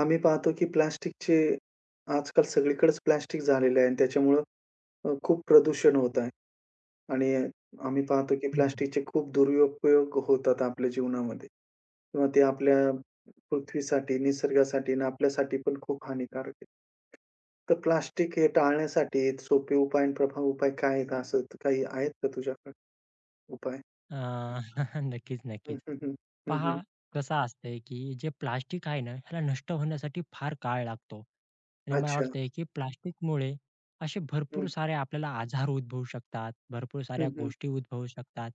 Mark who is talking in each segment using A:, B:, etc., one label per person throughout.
A: आम्ही पाहतो की प्लास्टिकचे आजकाल सगळीकडेच प्लास्टिक झालेलं आहे आणि त्याच्यामुळं खूप प्रदूषण होत आहे. आणि आम्ही पाहतो की
B: हं, हं.
A: प्लास्टिकचे खूप दुरुपयोग होतात आपल्या जीवनामध्ये किंवा ते आपल्या पृथ्वीसाठी, निसर्गासाठी आणि आपल्यासाठी पण खूप हानिकारक आहे. तर प्लास्टिक हे टाळण्यासाठी सोपे उपाय आणि प्रभावी उपाय काय आहेत? असं काही आहेत का तुझ्याकडे उपाय?
B: नक्कीच,
A: हं,
B: नक्कीच.
A: हं, हं. हं,
B: पहा
A: हं.
B: कसं असतंय, की जे प्लास्टिक आहे ना, ह्याला नष्ट होण्यासाठी फार काळ लागतो. आणि मला
A: अच्छा.
B: वाटतंय, की प्लास्टिकमुळे असे भरपूर सारे आपल्याला आजार उद्भवू शकतात, भरपूर साऱ्या गोष्टी उद्भवू शकतात.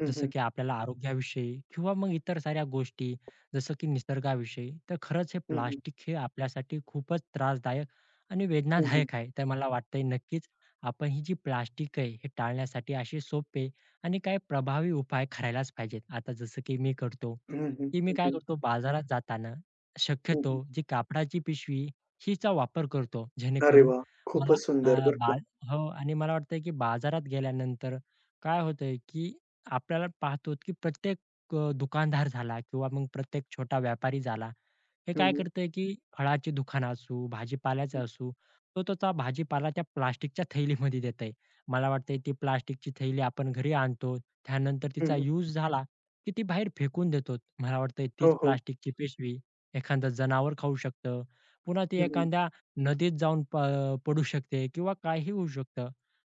A: हं,
B: जसं
A: हं.
B: की आपल्याला आरोग्याविषयी किंवा मग इतर साऱ्या गोष्टी, जसं की निसर्गाविषयी. तर खरंच हे
A: हं, हं.
B: प्लास्टिक हे आपल्यासाठी खूपच त्रासदायक आणि
A: हं, हं.
B: वेदनादायक आहे. तर मला वाटतंय नक्कीच आपण ही जी प्लास्टिक आहे, हे टाळण्यासाठी असे सोपे आणि काही प्रभावी उपाय करायलाच पाहिजेत. आता जसं की मी करतो,
A: हं, हं. हं,
B: की मी
A: हं. हं,
B: काय
A: हं.
B: करतो बाजारात जाताना
A: हं,
B: शक्यतो
A: हं.
B: जी कापडाची पिशवी हिचा वापर करतो.
A: अरे
B: जेणेकरून
A: वाह!
B: मला
A: खूपच सुंदर
B: अ,
A: बरं
B: बा
A: का.
B: हो आणि मला वाटतंय की बाजारात गेल्यानंतर काय होतंय, की आपल्याला पाहतो की प्रत्येक दुकानदार झाला किंवा मग प्रत्येक छोटा व्यापारी झाला, हे
A: हं,
B: काय
A: हं.
B: करतंय की फळाची दुकानं असू,
A: हं,
B: भाजीपाल्याचं असू, तो त्याचा भाजीपाला त्या प्लास्टिकच्या थैलीमध्ये देतंय. मला वाटतंय ती प्लास्टिकची थैली आपण घरी आणतो, त्यानंतर
A: हं,
B: तिचा
A: हं.
B: यूज झाला, की ती बाहेर फेकून देतो. मला वाटतंय
A: हो,
B: तीच
A: हो.
B: प्लास्टिकची पिशवी एखादं जनावर खाऊ शकतं. पुन्हा ती
A: हं, हं.
B: एखाद्या नदीत जाऊन पडू शकते किंवा काहीही होऊ शकतं.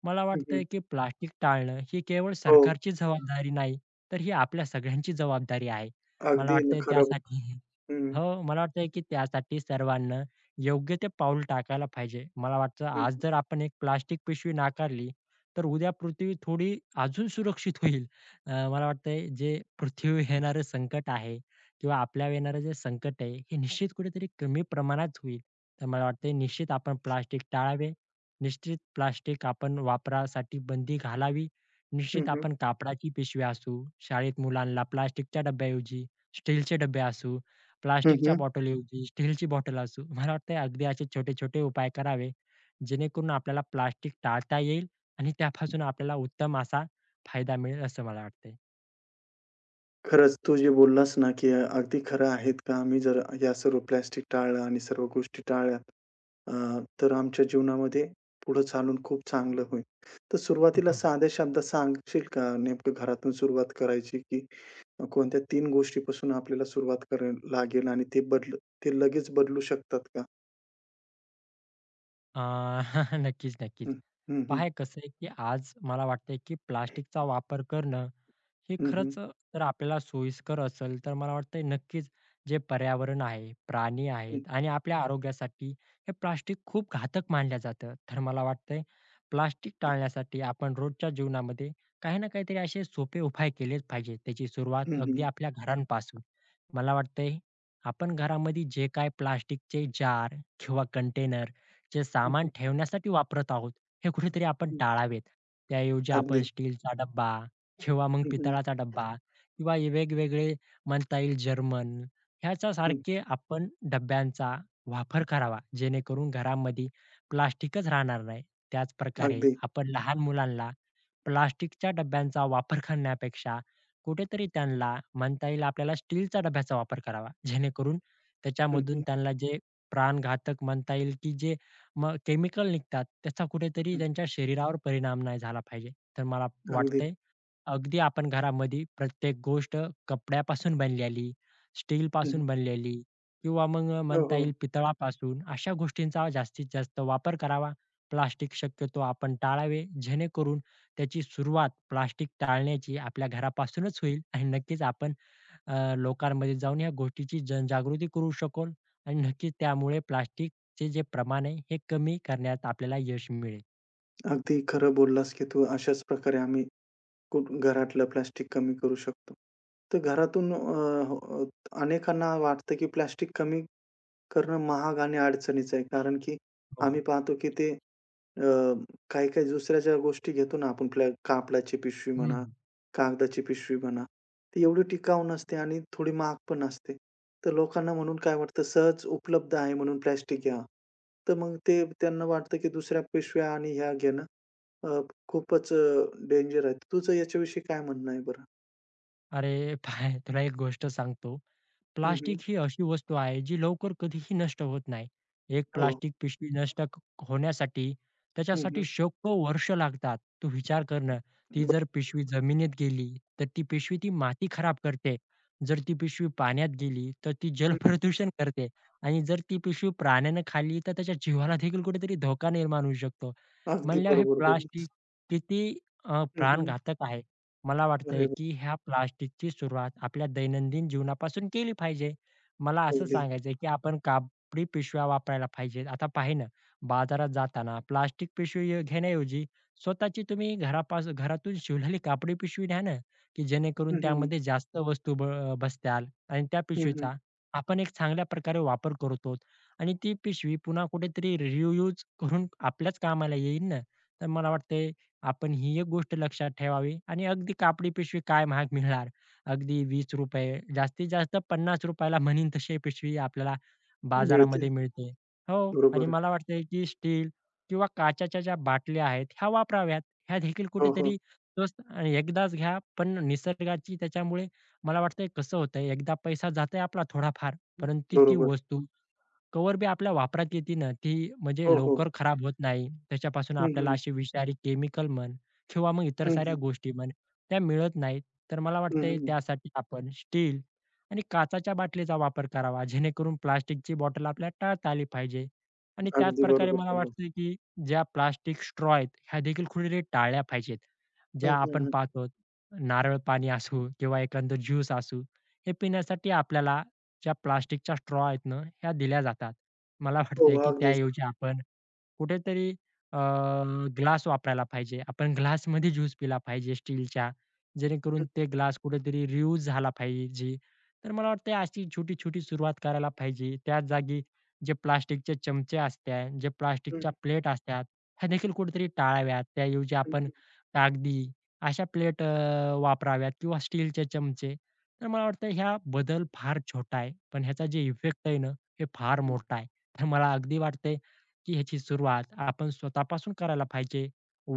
B: मला
A: हं, हं.
B: वाटतंय की प्लास्टिक टाळणं ही केवळ
A: हो.
B: सरकारची जबाबदारी नाही, तर ही आपल्या सगळ्यांची जबाबदारी आहे. मला
A: अगदी न
B: वाटतंय
A: खरं.
B: त्यासाठी
A: हं, हं.
B: हो, मला वाटतंय की त्यासाठी सर्वांना योग्य ते पाऊल टाकायला पाहिजे. मला वाटतं
A: हं,
B: आज
A: हं.
B: जर आपण एक प्लास्टिक पिशवी नाकारली, तर उद्या पृथ्वी थोडी अजून सुरक्षित होईल. मला वाटतंय जे पृथ्वीवर येणारं संकट आहे किंवा आपल्यावर येणारं जे संकट आहे, हे निश्चित कुठेतरी कमी प्रमाणात होईल. तर मला वाटतंय निश्चित आपण प्लास्टिक टाळावे. निश्चित प्लास्टिक आपण वापरासाठी बंदी घालावी.
A: हं,
B: निश्चित
A: हं.
B: आपण कापडाची पिशवी असू, शाळेत मुलांना प्लास्टिकच्या डब्याऐवजी स्टीलचे डबे असू
A: हं,
B: प्लास्टिकच्या
A: हं.
B: बॉटलऐवजी स्टीलची बॉटल असू. मला वाटतंय अगदी असे छोटे-छोटे उपाय करावे, जेणेकरून आपल्याला प्लास्टिक टाळता येईल आणि त्यापासून आपल्याला उत्तम असा फायदा मिळेल असं मला वाटतंय.
A: खरंच तू जे बोललास ना, की अगदी खरं आहेत का? आम्ही जर या सर्व प्लास्टिक टाळलं आणि सर्व गोष्टी टाळल्या, अ, तर आमच्या जीवनामध्ये पुढे चालून खूप चांगलं होईल. तर सुरुवातीला साध्या शब्दात सांगशील का, नेमकं घरातून सुरुवात करायची, की कोणत्या 3 गोष्टीपासून आपल्याला सुरुवात करावी लागेल आणि ते बदल ते लगेच बदलू शकतात का?
B: अ, नक्कीच, नक्कीच.
A: हं. हं, हं.
B: पहा कसं आहे, की आज मला वाटतंय, की प्लास्टिकचा वापर करणं हे
A: हं, हं.
B: खरंच तर आपल्याला सोयीस्कर असेल तर मला वाटतंय नक्कीच जे पर्यावरण आहे, प्राणी
A: हं.
B: आहेत आणि आपल्या आरोग्यासाठी हे प्लास्टिक खूप घातक मानलं जातं. तर मला वाटतंय प्लास्टिक टाळण्यासाठी आपण रोजच्या जीवनामध्ये काही ना काहीतरी असे सोपे उपाय केलेच पाहिजेत. त्याची
A: हं,
B: सुरुवात अगदी
A: हं.
B: आपल्या घरांपासून. मला वाटतंय आपण घरामध्ये जे काही प्लास्टिकचे जार किंवा कंटेनर जे
A: हं,
B: सामान
A: हं.
B: ठेवण्यासाठी वापरत आहोत, हे कुठेतरी आपण
A: हं.
B: टाळावेत. त्याऐवजी आपण
A: अगदी.
B: स्टीलचा डब्बा किंवा मग
A: हं, हं.
B: पितळाचा डब्बा किंवा हे वेगवेगळे म्हणता येईल जर्मन
A: हं.
B: ह्याच्यासारखे आपण डब्यांचा वापर करावा जेणेकरून घरामध्ये प्लास्टिकच राहणार नाही. त्याच प्रकारे
A: अगदी.
B: आपण लहान मुलांना प्लास्टिकच्या डब्यांचा वापर करण्यापेक्षा कुठेतरी त्यांना म्हणता येईल आपल्याला स्टीलचा डब्याचा वापर करावा. जेणेकरून
A: हं,
B: त्याच्यामधून
A: हं.
B: त्यांना जे प्राणघातक म्हणता येईल, की जे मग केमिकल निघतात त्याचा कुठेतरी
A: हं.
B: त्यांच्या शरीरावर परिणाम नाही झाला पाहिजे. तर मला
A: अगदी.
B: वाटतंय अगदी आपण घरामध्ये प्रत्येक गोष्ट कपड्यापासून बनलेली,
A: हं, हं.
B: स्टीलपासून बनलेली किंवा मग
A: हो,
B: म्हणता
A: हो.
B: येईल पितळापासून अशा गोष्टींचा जास्तीत जास्त वापर करावा. प्लास्टिक शक्यतो आपण टाळावे. जेणेकरून त्याची सुरुवात प्लास्टिक टाळण्याची आपल्या घरापासूनच होईल आणि नक्कीच आपण लोकांमध्ये जाऊन या गोष्टीची जनजागृती करू शकू आणि नक्कीच त्यामुळे प्लास्टिकचे जे प्रमाण आहे हे कमी करण्यात आपल्याला यश मिळेल.
A: अगदी खरं बोललास, की तू अशाच प्रकारे आम्ही कुठ घरातलं प्लास्टिक कमी करू शकतो. तर घरातून अ, अ, अनेकांना वाटतं, की प्लास्टिक कमी करणं महाग आणि अडचणीचं आहे. कारण की
B: हो,
A: आम्ही
B: हो.
A: पाहतो, की ते अ, काही-काही दुसऱ्याच्या गोष्टी घेतो ना आपण. आपल्या कापडाची पिशवी म्हणा,
B: हं,
A: कागदाची पिशवी म्हणा, ती एवढी टिकाऊ नसते आणि थोडी महाग पण असते. तर लोकांना म्हणून काय वाटतं, सहज उपलब्ध आहे म्हणून प्लास्टिक घ्या. तर मग ते त्यांना वाटतं की दुसऱ्या पिशव्या आणि ह्या घेणं अ, खूपच डेंजर आहे. तुझं याच्याविषयी काय म्हणणं आहे बरं?
B: अरे, पहा तुला एक गोष्ट सांगतो.
A: हं, हं.
B: प्लास्टिक ही अशी वस्तू आहे जी लवकर कधीही नष्ट होत नाही. एक
A: हो.
B: प्लास्टिक पिशवी नष्ट होण्यासाठी
A: हं,
B: त्याच्यासाठी
A: हं.
B: शेकडो वर्ष लागतात. तू विचार कर ती
A: बरं.
B: जर पिशवी जमिनीत गेली तर ती पिशवी ती माती खराब करते. जर ती पिशवी पाण्यात गेली तर ती
A: हं.
B: जलप्रदूषण करते आणि जर ती पिशवी प्राण्यानं खाल्ली तर त्याच्या जीवाला देखील कुठेतरी धोका निर्माण होऊ शकतो.
A: अगदी
B: म्हणल्यावर हे
A: बरोबर बोललीस.
B: प्लास्टिक किती
A: हं, हं.
B: प्राणघातक आहे. मला
A: अरे
B: वाटतंय
A: वाह!
B: की ह्या प्लास्टिकची सुरुवात आपल्या दैनंदिन जीवनापासून केली पाहिजे. मला असं
A: अगदी.
B: सांगायचंय की आपण कापडी पिशव्या वापरायला पाहिजेत. आता पाहे ना, बाजारात जाताना प्लास्टिक पिशवी घेण्याऐवजी स्वतःची तुम्ही घरापासून घरातून शिवलेली कापडी पिशवी घ्या ना, की जेणेकरून
A: हं, हं.
B: त्यामध्ये जास्त वस्तू बसत्याल आणि त्या
A: हं, हं.
B: पिशवीचा आपण एक चांगल्या प्रकारे वापर करतो आणि ती पिशवी पुन्हा कुठेतरी रियूज करून आपल्याच कामाला येईल ना. तर मला वाटतंय आपण ही एक गोष्ट लक्षात ठेवावी आणि अगदी कापडी पिशवी काय महाग मिळणार. अगदी ₹20 जास्तीत जास्त ₹50 ला म्हणीन तशी पिशवी आपल्याला
A: मिळते.
B: बाजारामध्ये मिळते. हो आणि
A: बरोबर.
B: मला वाटतंय की स्टील किंवा काचेच्या ज्या बाटल्या आहेत ह्या वापराव्यात. ह्या देखील
A: हो, हो.
B: कुठेतरी स्वस्त आणि एकदाच घ्या, पण निसर्गाची त्याच्यामुळे मला वाटतंय कसं होतंय, एकदा पैसा जातोय आपला थोडाफार, परंतु ती
A: बरोबर.
B: वस्तू कवर बी आपल्या वापरात येते ना, ती म्हणजे
A: हो, हो.
B: लवकर खराब होत नाही. त्याच्यापासून
A: हं,
B: आपल्याला
A: हं.
B: असे विषारी केमिकल म्हण किंवा मग इतर
A: हं,
B: साऱ्या
A: हं.
B: गोष्टी म्हण, त्या मिळत नाहीत. तर मला
A: हं,
B: वाटतंय
A: हं.
B: त्यासाठी आपण स्टील आणि काचेच्या बाटलीचा वापर करावा, जेणेकरून प्लास्टिकची बॉटल आपल्याला टाळता आली पाहिजे. आणि त्याच
A: अगदी
B: प्रकारे
A: बरोबर
B: मला
A: बोललात.
B: वाटतंय, की ज्या प्लास्टिक स्ट्रॉ आहेत, ह्या देखील कुठेतरी टाळल्या पाहिजेत.
A: हं,
B: ज्या
A: हं,
B: आपण
A: हं.
B: पाहतो नारळ पाणी असू किंवा एखादं ज्यूस असू, हे पिण्यासाठी आपल्याला ज्या प्लास्टिकच्या स्ट्रॉ आहेत ना, ह्या दिल्या जातात. मला
A: हो,
B: वाटतंय की
A: अगदीच.
B: त्याऐवजी आपण कुठेतरी ग्लास वापरायला पाहिजे. आपण ग्लासमध्ये ज्यूस पिला पाहिजे स्टीलच्या.
A: हं,
B: जेणेकरून ते ग्लास कुठेतरी रियूज झाला पाहिजे. तर मला वाटतं अशी छोटी-छोटी सुरुवात करायला पाहिजे. त्याच जागी जे प्लास्टिकचे चमचे असतात, जे प्लास्टिकच्या
A: हं.
B: प्लेट असतात, ह्या देखील कुठेतरी टाळाव्यात. त्याऐवजी
A: हं,
B: आपण
A: हं,
B: कागदी अशा प्लेट वापराव्यात किंवा स्टीलचे चमचे. तर मला वाटतं ह्या बदल फार छोटा आहे, पण ह्याचा जे इफेक्ट आहे ना, हे फार
A: हं.
B: मोठा आहे. तर मला अगदी वाटतंय की ह्याची सुरुवात आपण स्वतःपासून करायला पाहिजे,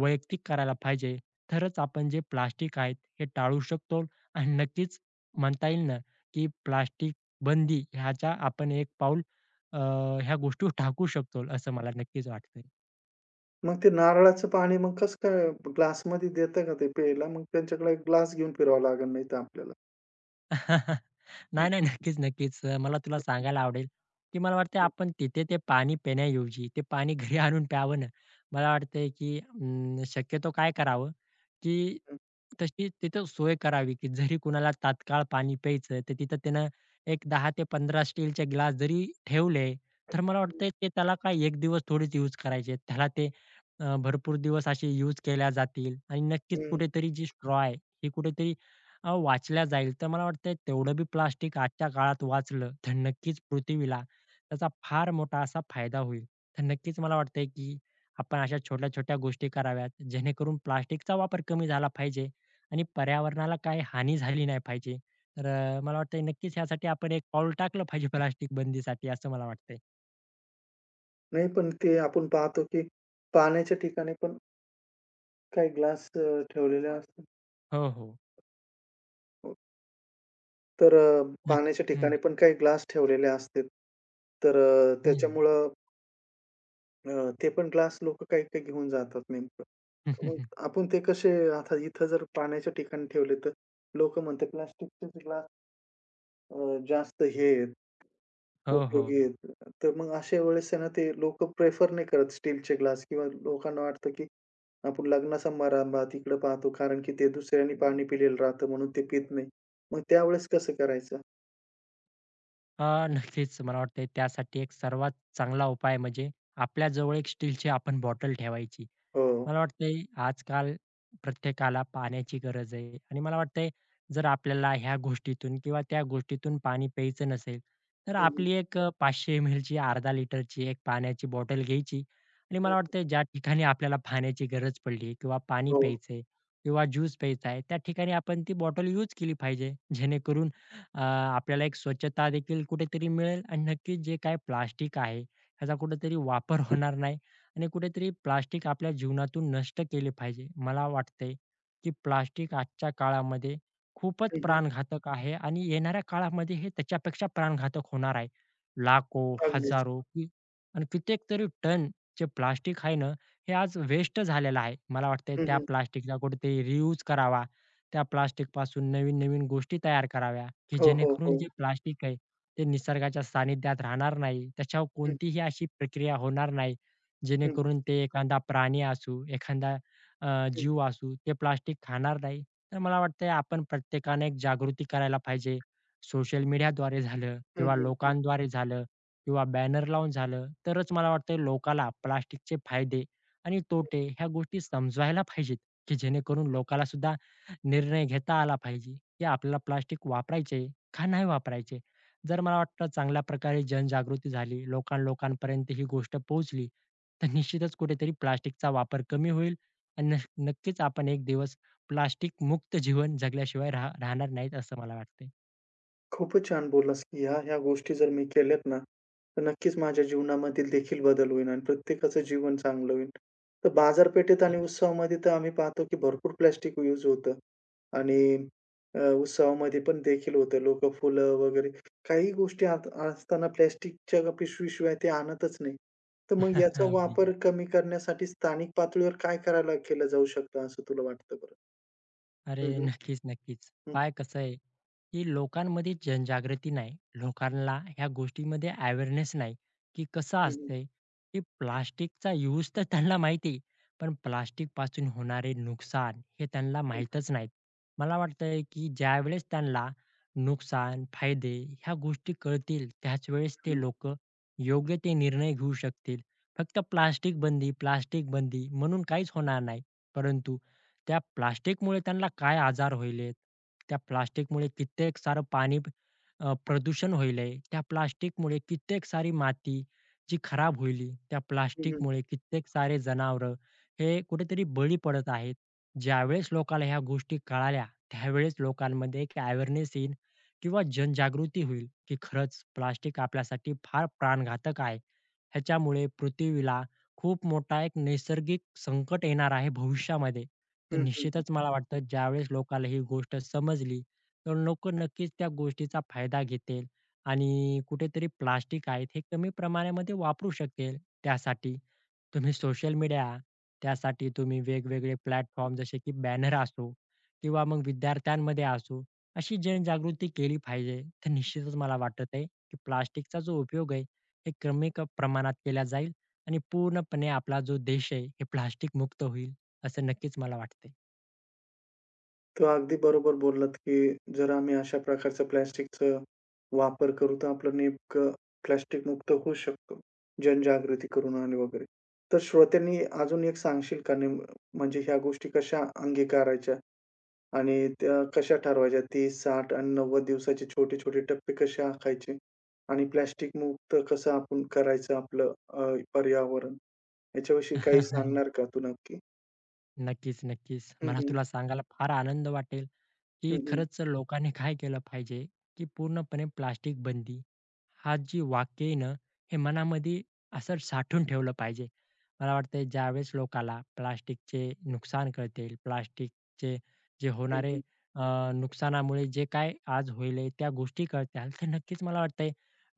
B: वैयक्तिक करायला पाहिजे. तरच आपण जे प्लास्टिक आहेत हे टाळू शकतो आणि नक्कीच म्हणता येईल ना, की प्लास्टिक बंदी ह्याचा आपण एक पाऊल अ, ह्या गोष्टी टाकू शकतो असं मला नक्कीच वाटतंय.
A: मग ते नारळाचं पाणी मग कसं काय ग्लासमध्ये देतं का ते प्यायला? मग त्यांच्याकडे एक ग्लास घेऊन फिरावं लागेल नाही तर आपल्याला. हं,
B: नाही, नाही. नक्कीच, नक्कीच. मला तुला
A: हं,
B: सांगायला आवडेल, की मला वाटतंय
A: हं,
B: आपण तिथे ते पाणी पिण्याऐवजी ते पाणी घरी आणून प्यावं ना. मला वाटतंय, की शक्यतो काय करावं, की
A: हं.
B: तशी तिथं सोय करावी, की जरी कुणाला तात्काळ पाणी प्यायचं तर तिथं त्यानं एक 10 ते 15 स्टीलचे ग्लास जरी ठेवले, तर मला वाटतंय ते त्याला काय 1 दिवस थोडीच यूज करायचे. त्याला ते भरपूर दिवस असे यूज केल्या जातील आणि नक्कीच
A: हं.
B: कुठेतरी जी स्ट्रॉ आहे, ही कुठेतरी वाचल्या जाईल, तर मला वाटतंय तेवढं बी प्लास्टिक आजच्या काळात वाचलं, तर नक्कीच पृथ्वीला त्याचा फार मोठा असा फायदा होईल. तर नक्कीच मला वाटतंय, की आपण अशा छोट्या-छोट्या गोष्टी कराव्यात, जेणेकरून प्लास्टिकचा वापर कमी झाला पाहिजे आणि पर्यावरणाला काही हानी झाली नाही पाहिजे. तर मला वाटतंय नक्कीच यासाठी आपण एक पाऊल टाकलं पाहिजे प्लास्टिक बंदीसाठी असं मला वाटतंय.
A: नाही, पण ते आपण पाहतो, की पाण्याच्या ठिकाणी पण काही ग्लास ठेवलेले असतात.
B: हो, हो.
A: तर
B: नक्की.
A: पाण्याच्या
B: हं,
A: ठिकाणी पण काही ग्लास ठेवलेले असतात. तर
B: हं,
A: त्याच्यामुळं ते पण ग्लास लोकं काही-काही घेऊन जातात नेमकं. तर मग आपण ते कसे आता इथं जर पाण्याच्या ठिकाणी ठेवले, तर लोकं म्हणतात प्लास्टिकचेच ग्लास अ, जास्त हे आहेत,
B: हो, हो.
A: उपयोगी आहेत. तर मग अशा वेळेस आहे ना, ते लोकं प्रेफर नाही करत स्टीलचे ग्लास, किंवा लोकांना वाटतं, की आपण लग्न समारंभात इकडं पाहतो, कारण की ते दुसऱ्यांनी पाणी पिलेलं राहतं म्हणून ते पित नाही. मग त्यावेळेस कसं करायचं?
B: अ, नक्कीच मला वाटतंय त्यासाठी एक सर्वात चांगला उपाय म्हणजे आपल्याजवळ एक स्टीलची आपण बॉटल ठेवायची.
A: हो.
B: मला वाटतंय आजकाल प्रत्येकाला पाण्याची गरज आहे आणि मला वाटतंय जर आपल्याला ह्या गोष्टीतून किंवा त्या गोष्टीतून पाणी प्यायचं नसेल, तर
A: हं, हं.
B: आपली एक 500 एमएलची अर्धा लिटरची एक पाण्याची बॉटल घ्यायची आणि मला वाटतंय ज्या ठिकाणी आपल्याला पाण्याची गरज पडली किंवा पाणी
A: हो.
B: प्यायचंय किंवा ज्यूस प्यायचा आहे, त्या ठिकाणी आपण ती बॉटल यूज केली पाहिजे. जेणेकरून आपल्याला एक स्वच्छता देखील कुठेतरी मिळेल आणि नक्कीच जे काय प्लास्टिक आहे ह्याचा कुठेतरी वापर होणार नाही आणि कुठेतरी प्लास्टिक आपल्या जीवनातून नष्ट केले पाहिजे. मला वाटतंय की प्लास्टिक आजच्या काळामध्ये खूपच
A: हं, हं.
B: प्राणघातक आहे आणि येणाऱ्या काळामध्ये हे त्याच्यापेक्षा प्राणघातक होणार आहे. लाखो,
A: अगदीच.
B: हजारो की आणि कित्येक तरी टन जे प्लास्टिक आहे ना, हे आज वेस्ट झालेलं आहे. मला वाटतंय
A: हं,
B: त्या
A: हं.
B: प्लास्टिकला कुठेतरी रियूज करावा. त्या प्लास्टिकपासून नवीन-नवीन गोष्टी तयार कराव्या, की
A: हो, हो,
B: जेणेकरून
A: हो.
B: जे प्लास्टिक आहे ते निसर्गाच्या सानिध्यात राहणार नाही. त्याच्यावर
A: हं.
B: कोणतीही अशी प्रक्रिया होणार नाही,
A: हं,
B: जेणेकरून ते एखादा प्राणी असू, एखादा
A: हं.
B: जीव असू, ते प्लास्टिक खाणार नाही. तर मला वाटतंय आपण प्रत्येकाने एक जागृती करायला पाहिजे. सोशल मीडियाद्वारे झालं
A: हं,
B: किंवा
A: हं. हं.
B: लोकांद्वारे झालं किंवा बॅनर लावून झालं, तरच मला वाटतंय लोकाला प्लास्टिकचे फायदे आणि तोटे ह्या गोष्टी समजवायला पाहिजेत, की जेणेकरून लोकाला सुद्धा निर्णय घेता आला पाहिजे, की आपल्याला प्लास्टिक वापरायचे का नाही वापरायचे. जर मला वाटतं चांगल्या प्रकारे जनजागृती झाली, लोकां-लोकांपर्यंत ही गोष्ट पोहोचली, तर निश्चितच कुठेतरी प्लास्टिकचा वापर कमी होईल आणि नक्कीच आपण एक दिवस प्लास्टिक मुक्त जीवन जगल्याशिवाय राहणार नाहीत असं मला वाटतंय.
A: खूपच छान बोललास, की ह्या-ह्या गोष्टी जर मी केल्यात ना, तर नक्कीच माझ्या जीवनामधील देखील बदल होईल आणि प्रत्येकाचं जीवन चांगलं होईल. तर बाजारपेठेत आणि उत्सवामध्ये तर आम्ही पाहतो, की भरपूर प्लास्टिक यूज होतं आणि उत्सवामध्ये पण देखील होतं. लोकं फुलं वगैरे काही गोष्टी आत असताना प्लास्टिकच्या पिशवीशिवाय ते आणतच नाही. तर मग याचा
B: अगदी.
A: वापर कमी करण्यासाठी स्थानिक पातळीवर काय करायला केलं जाऊ शकतं असं तुला वाटतं बरं?
B: अरे
A: हं, हं.
B: नक्कीच, नक्कीच.
A: हं,
B: काय कसं आहे, की लोकांमध्ये जनजागृती नाही. लोकांना ह्या गोष्टीमध्ये अवेअरनेस नाही, की कसं
A: हं, हं.
B: असतंय, की प्लास्टिकचा यूज तर त्यांना माहिती आहे, पण प्लास्टिकपासून होणारे नुकसान हे त्यांना
A: हं,
B: माहीतच नाहीत. मला वाटतंय, की ज्यावेळेस त्यांना नुकसान, फायदे ह्या गोष्टी कळतील, त्याच वेळेस ते
A: हं.
B: लोकं योग्य ते निर्णय घेऊ शकतील. फक्त प्लास्टिक बंदी, प्लास्टिक बंदी म्हणून काहीच होणार नाही. परंतु त्या प्लास्टिकमुळे त्यांना काय आजार व्हायलेत. त्या प्लास्टिकमुळे कित्येक सारं पाणी प्रदूषण व्हायलंय. त्या प्लास्टिकमुळे कित्येक सारी माती जी खराब होईल, त्या
A: हं, हं.
B: प्लास्टिकमुळे कित्येक सारे जनावरं हे कुठेतरी बळी पडत आहेत. ज्यावेळेस लोकाला ह्या गोष्टी कळाल्या, त्यावेळेस लोकांमध्ये एक अवेअरनेस येईल किंवा जनजागृती होईल, की खरंच प्लास्टिक आपल्यासाठी फार प्राणघातक आहे. ह्याच्यामुळे पृथ्वीला खूप मोठा एक नैसर्गिक संकट येणार आहे भविष्यामध्ये. तर निश्चितच मला वाटतं ज्यावेळेस लोकाला ही गोष्ट समजली, तर लोकं नक्कीच त्या गोष्टीचा फायदा घेतील आणि कुठेतरी प्लास्टिक आहेत हे कमी प्रमाणामध्ये वापरू शकेल. त्यासाठी तुम्ही सोशल मीडिया, त्यासाठी तुम्ही वेगवेगळे प्लॅटफॉर्म जसे की बॅनर असो किंवा मग विद्यार्थ्यांमध्ये असो, अशी जनजागृती केली पाहिजे. तर निश्चितच मला वाटत आहे, की प्लास्टिकचा जो उपयोग आहे, हे कमी प्रमाणात केला जाईल आणि पूर्णपणे आपला जो देश आहे, हे प्लास्टिक मुक्त होईल. असं नक्कीच मला वाटतंय.
A: तर अगदी बरोबर बोललात, की जर आम्ही अशा प्रकारचं प्लास्टिकचा वापर करू, तर आपलं नेमकं प्लास्टिक मुक्त होऊ शकतो, जनजागृती करून आणि वगैरे. तर श्रोत्यांनी अजून एक सांगशील का, नेम म्हणजे ह्या गोष्टी कशा अंगीकारायच्या आणि त्या कशा ठरवायच्या? 30, 60 आणि 90 दिवसाचे छोटे-छोटे टप्पे कसे आखायचे? आणि प्लास्टिक मुक्त कसं आपण करायचं आपलं पर्यावरण? याच्याविषयी काही सांगणार का तू नक्की?
B: नक्कीच, नक्कीच.
A: हं,
B: मला
A: हं.
B: तुला सांगायला फार आनंद वाटेल
A: हं,
B: की
A: हं.
B: खरंच लोकांनी काय केलं पाहिजे, की पूर्णपणे प्लास्टिक बंदी, हा जी वाक्य आहे ना, हे मनामध्ये असं साठवून ठेवलं पाहिजे. मला वाटतंय ज्यावेळेस लोकाला प्लास्टिकचे नुकसान कळतील, प्लास्टिकचे जे
A: हं,
B: होणारे
A: हं.
B: नुकसानामुळे जे काय आज होईल आहे, त्या गोष्टी कळत्याल, तर नक्कीच मला वाटतंय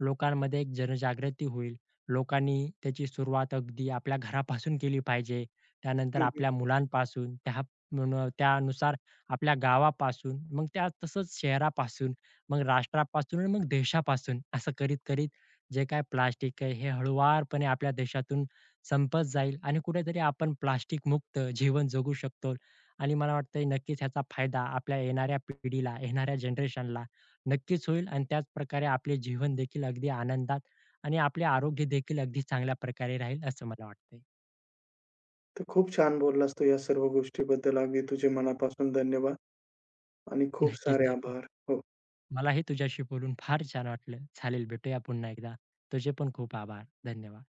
B: लोकांमध्ये एक जनजागृती होईल. लोकांनी त्याची सुरुवात अगदी आपल्या घरापासून केली पाहिजे. त्यानंतर
A: हं, हं.
B: आपल्या मुलांपासून त्या म्हणून त्यानुसार आपल्या गावापासून, मग त्या तसंच शहरापासून, मग राष्ट्रापासून आणि मग देशापासून असं करीत-करीत जे काही प्लास्टिक आहे, हे हळूवारपणे आपल्या देशातून संपत जाईल आणि कुठेतरी आपण प्लास्टिक मुक्त जीवन जगू शकतो. आणि मला वाटतंय नक्कीच ह्याचा फायदा आपल्या येणाऱ्या पिढीला, येणाऱ्या जनरेशनला नक्कीच होईल आणि त्याचप्रकारे आपले जीवन देखील अगदी आनंदात आणि आपले आरोग्य देखील अगदी चांगल्या प्रकारे राहील असं मला वाटतंय.
A: तर खूप छान बोललास तू या सर्व गोष्टीबद्दल. अगदी तुझे मनापासून धन्यवाद आणि खूप
B: नक्कीच,
A: सारे
B: नक्कीच.
A: आभार. हो.
B: मलाही तुझ्याशी बोलून फार छान वाटलं. चालेल भेटूया पुन्हा एकदा. तुझे पण खूप आभार. धन्यवाद.